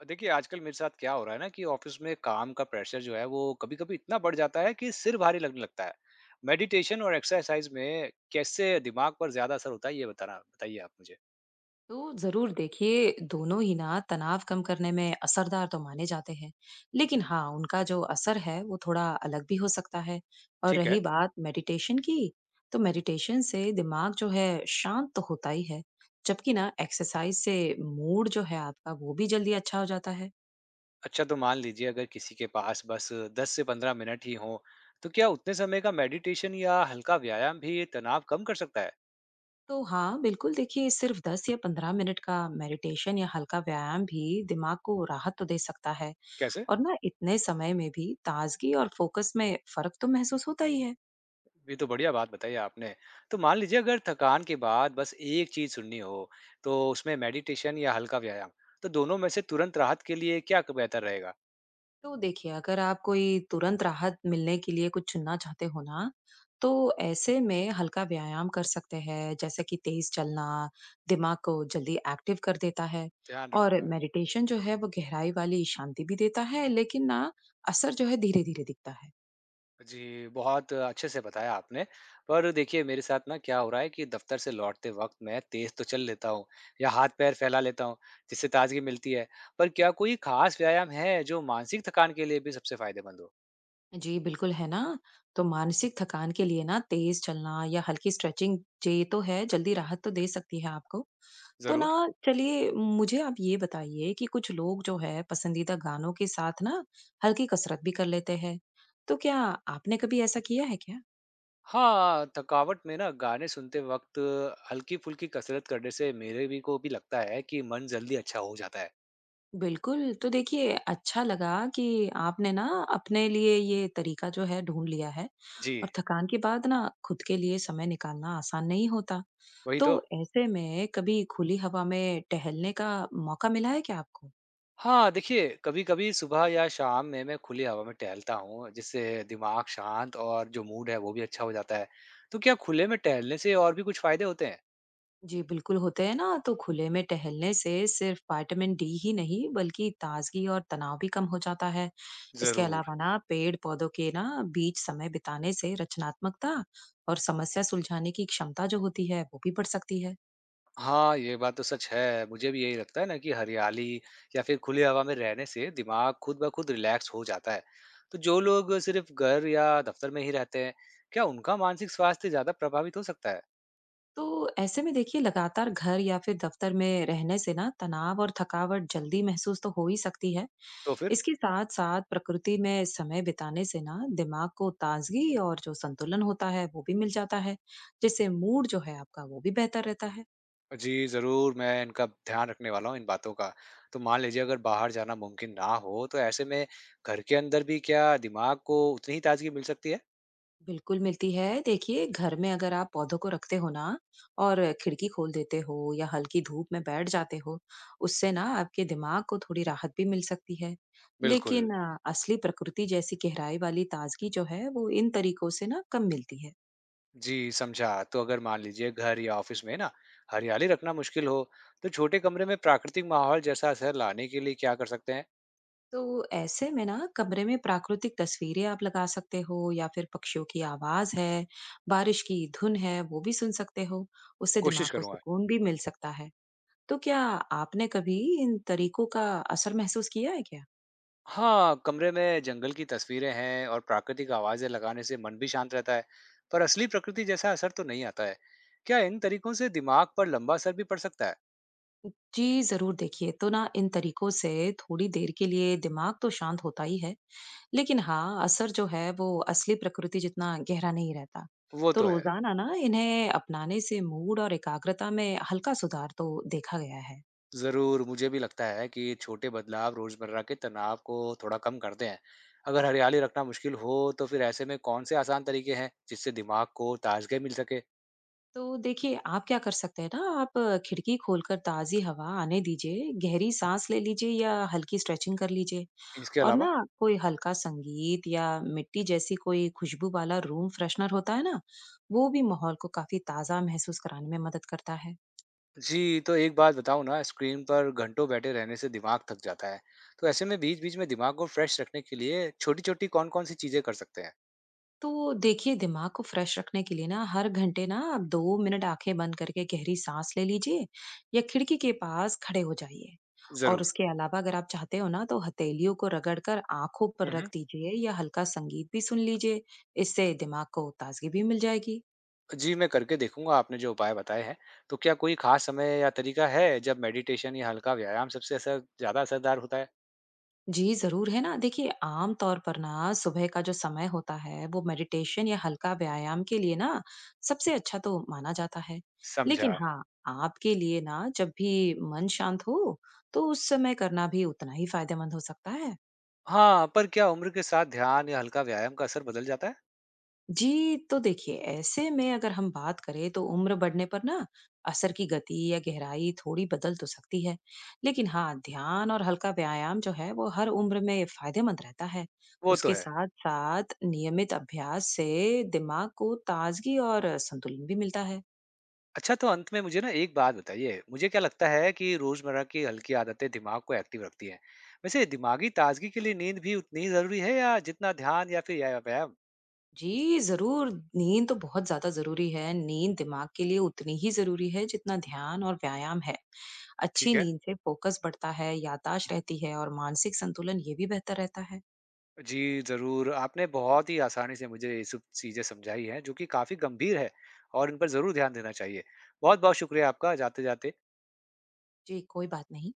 और देखिए, आजकल मेरे साथ क्या हो रहा है ना कि ऑफ़िस में काम का प्रेशर जो है वो कभी-कभी इतना बढ़ जाता है कि सिर भारी लगने लगता है। मेडिटेशन और एक्सरसाइज़ में कैसे दिमाग पर ज़्यादा असर होता है ये बताना बताइए आप मुझे? तो जरूर देखिए, दोनों ही ना तनाव कम करने में असरदार तो माने जाते हैं। लेकिन हाँ, उनका जो असर है वो थोड़ा अलग भी हो सकता है। और ठीक है। रही बात मेडिटेशन की, तो मेडिटेशन से दिमाग जो है शांत तो होता ही है, जबकि ना एक्सरसाइज से मूड जो है आपका वो भी जल्दी अच्छा हो जाता है। अच्छा तो मान लीजिए अगर किसी के पास बस 10 से 15 मिनट ही हों, तो क्या उतने समय का मेडिटेशन या हल्का व्यायाम भी तनाव कम कर सकता है? तो हाँ बिल्कुल, देखिए सिर्फ 10 या 15 मिनट का मेडिटेशन या हल्का व्यायाम भी दिमाग को राहत तो दे सकता है। कैसे? और ना इतने समय में भी ताजगी और फोकस में फर्क तो महसूस होता ही है। ये तो बढ़िया बात बताई आपने। तो मान लीजिए अगर थकान के बाद बस एक चीज़ सुननी हो, तो उसमें मेडिटेशन या हल्का व्यायाम, तो दोनों में से तुरंत राहत के लिए क्या क बेहतर रहेगा? तो देखिए, अगर आप कोई तुरंत राहत मिलने के लिए कुछ चुनना चाहते हो ना, तो ऐसे में हल्का व्यायाम कर सकते हैं, जैसे कि तेज चलना, दिमाग को जल्दी एक्टिव कर देता है। ध्यान और रखूँगा। मेडिटेशन जो है, वो गहराई वाली शांति भी देता है, लेकिन ना असर जो है धीरे-धीरे दिखता है। जी, बहुत अच्छे से बताया आपने। पर देखिए मेरे साथ ना क्या हो रहा है कि दफ़्तर से लौटते वक़्त मैं तेज़ तो चल लेता हूँ या हाथ-पैर फैला लेता हूँ, जिससे ताज़गी मिलती है। पर क्या कोई ख़ास व्यायाम है जो मानसिक थकान के लिए भी सबसे फ़ायदेमंद हो? जी, बिल्कुल है ना। तो मानसिक थकान के लिए ना तेज चलना या हल्की स्ट्रेचिंग, ये तो है, जल्दी राहत तो दे सकती है आपको। तो ना ज़रूर। चलिए मुझे आप ये बताइए कि कुछ लोग जो है पसंदीदा गानों के साथ ना हल्की कसरत भी कर लेते हैं। तो क्या आपने कभी ऐसा किया है क्या? हाँ, थकावट में ना गाने सुनते वक़्त हल्की-फुल्की कसरत करने से मेरे भी को भी लगता है कि मन जल्दी अच्छा हो जाता है। बिल्कुल, तो देखिए अच्छा लगा कि आपने ना अपने लिए ये तरीका जो है ढूँढ लिया है। जी, और थकान के बाद ना खुद के लिए समय निकालना आसान नहीं होता। वही तो तो। ऐसे में कभी खुली हवा में टहलने का मौका मिला है क्या आपको? हाँ, देखिए कभी-कभी सुबह या शाम में मैं खुली हवा में टहलता हूँ, जिससे दिमाग शांत और जो मूड है वो भी अच्छा हो जाता है। तो क्या खुले में टहलने से और भी कुछ फ़ायदे होते हैं? जी, बिल्कुल होते हैं ना। तो खुले में टहलने से सिर्फ विटामिन D ही नहीं, बल्कि ताजगी और तनाव भी कम हो जाता है। इसके ज़रूर। अलावा ना पेड़-पौधों के ना बीच समय बिताने से रचनात्मकता और समस्या सुलझाने की क्षमता जो होती है, वो भी बढ़ सकती है। हाँ, ये बात तो सच है। मुझे भी यही लगता है ना कि हरियाली या फिर खुली हवा में रहने से दिमाग खुद ब खुद रिलैक्स हो जाता है। तो जो लोग सिर्फ घर या दफ्तर में ही रहते हैं, क्या उनका मानसिक स्वास्थ्य ज़्यादा प्रभावित हो सकता है? तो ऐसे में देखिए, लगातार घर या फिर दफ्तर में रहने से ना तनाव और थकावट जल्दी महसूस तो हो ही सकती है। तो फिर? इसके साथ साथ प्रकृति में समय बिताने से ना दिमाग को ताजगी और जो संतुलन होता है वो भी मिल जाता है, जिससे मूड जो है आपका वो भी बेहतर रहता है। जी, ज़रूर मैं इनका ध्यान रखने वाला हूँ इन बातों का। तो मान लीजिए अगर बाहर जाना मुमकिन ना हो, तो ऐसे में घर के अंदर भी क्या दिमाग को उतनी ही ताज़गी मिल सकती है? बिल्कुल मिलती है। देखिए, घर में अगर आप पौधों को रखते हो ना और खिड़की खोल देते हो या हल्की धूप में बैठ जाते हो, उससे ना आपके दिमाग को थोड़ी राहत भी मिल सकती है। बिल्कुल। लेकिन असली प्रकृति जैसी गहराई वाली ताजगी जो है, वो इन तरीकों से ना कम मिलती है। जी, समझा। तो अगर मान लीजिए घर या ऑफिस में ना हरियाली रखना मुश्किल हो, तो छोटे कमरे में प्राकृतिक माहौल जैसा असर लाने के लिए क्या कर सकते हैं? तो ऐसे में ना कमरे में प्राकृतिक तस्वीरें आप लगा सकते हो या फिर पक्षियों की आवाज़ है, बारिश की धुन है, वो भी सुन सकते हो। उससे कोशिश दिमाग को करूंगा। सुकून भी मिल सकता है। तो क्या आपने कभी इन तरीकों का असर महसूस किया है क्या? हाँ, कमरे में जंगल की तस्वीरें हैं और प्राकृतिक आवाजें लगाने से मन भी शांत रहता है, पर असली प्रकृति जैसा असर तो नहीं आता है। क्या इन तरीकों से दिमाग पर लंबा असर भी पड़ सकता है? जी, ज़रूर देखिए, तो ना इन तरीकों से थोड़ी देर के लिए दिमाग तो शांत होता ही है, लेकिन हाँ, असर जो है वो असली प्रकृति जितना गहरा नहीं रहता। वो तो तो है। रोज़ाना ना इन्हें अपनाने से मूड और एकाग्रता में हल्का सुधार तो देखा गया है। ज़रूर, मुझे भी लगता है कि छोटे बदलाव रोज़मर्रा के तनाव को थोड़ा कम करते हैं। अगर हरियाली रखना मुश्किल हो तो फिर ऐसे में कौन से आसान तरीके हैं जिससे दिमाग को ताजगी मिल सके? तो देखिए, आप क्या कर सकते हैं ना, आप खिड़की खोलकर ताज़ी हवा आने दीजिए, गहरी सांस ले लीजिए या हल्की स्ट्रेचिंग कर लीजिए। इसके और अलावा ना कोई हल्का संगीत या मिट्टी जैसी कोई खुशबू वाला रूम फ्रेशनर होता है ना, वो भी माहौल को काफी ताजा महसूस कराने में मदद करता है। जी, तो एक बात बताऊँ ना स्क्रीन पर घंटों बैठे रहने से दिमाग थक जाता है। तो ऐसे में बीच-बीच में दिमाग को फ्रेश रखने के लिए छोटी-छोटी कौन-कौन सी चीज़ें कर सकते हैं? तो देखिए, दिमाग को फ्रेश रखने के लिए ना हर घंटे ना आप 2 मिनट आंखें बंद करके गहरी सांस ले लीजिए या खिड़की के पास खड़े हो जाइए। और ज़रूर। उसके अलावा अगर आप चाहते हो ना, तो हथेलियों को रगड़ कर आंखों पर हुँ, रख हुँ। दीजिए या हल्का संगीत भी सुन लीजिए। इससे दिमाग को ताजगी भी मिल जाएगी। जी, मैं करके देखूँगा आपने जो उपाय बताए हैं। तो क्या कोई ख़ास समय या तरीका है जब मेडिटेशन या हल्का व्यायाम सबसे असर ज़्यादा असरदार होता है? जी, ज़रूर है ना। देखिए, आम तौर पर ना सुबह का जो समय होता है, वो मेडिटेशन या हल्का व्यायाम के लिए ना सबसे अच्छा तो माना जाता है। समझा। लेकिन हाँ, आपके लिए ना जब भी मन शांत हो, तो उस समय करना भी उतना ही फ़ायदेमंद हो सकता है। हाँ, पर क्या उम्र के साथ ध्यान या हल्का व्यायाम का असर बदल जाता है? जी, तो देखिए ऐसे में अगर हम बात करें तो उम्र बढ़ने पर ना असर की गति या गहराई थोड़ी बदल तो सकती है, लेकिन हाँ ध्यान और हल्का व्यायाम जो है वो हर उम्र में फायदेमंद रहता है। वो तो उसके है। साथ-साथ नियमित अभ्यास से दिमाग को ताजगी और संतुलन भी मिलता है। अच्छा तो अंत में मुझे ना एक बात बताइए, मुझे क्या लगता है कि रोज़मर्रा की हल्की आदतें दिमाग को एक्टिव रखती हैं। वैसे दिमागी ताजगी के लिए नींद भी उतनी ही ज़रूरी है या जितना ध्यान या फिर या व्यायाम? जी, ज़रूर। नींद तो बहुत ज़्यादा ज़रूरी है। नींद दिमाग के लिए उतनी ही ज़रूरी है जितना ध्यान और व्यायाम है। ठीक अच्छी है। नींद से फोकस बढ़ता है, याददाश्त रहती है और मानसिक संतुलन ये भी बेहतर रहता है। जी, ज़रूर। आपने बहुत ही आसानी से मुझे ये सब चीज़ें समझाई हैं जो कि काफ़ी गंभीर है और इन पर ज़रूर ध्यान देना चाहिए। बहुत-बहुत शुक्रिया आपका जाते-जाते। जी, कोई बात नहीं।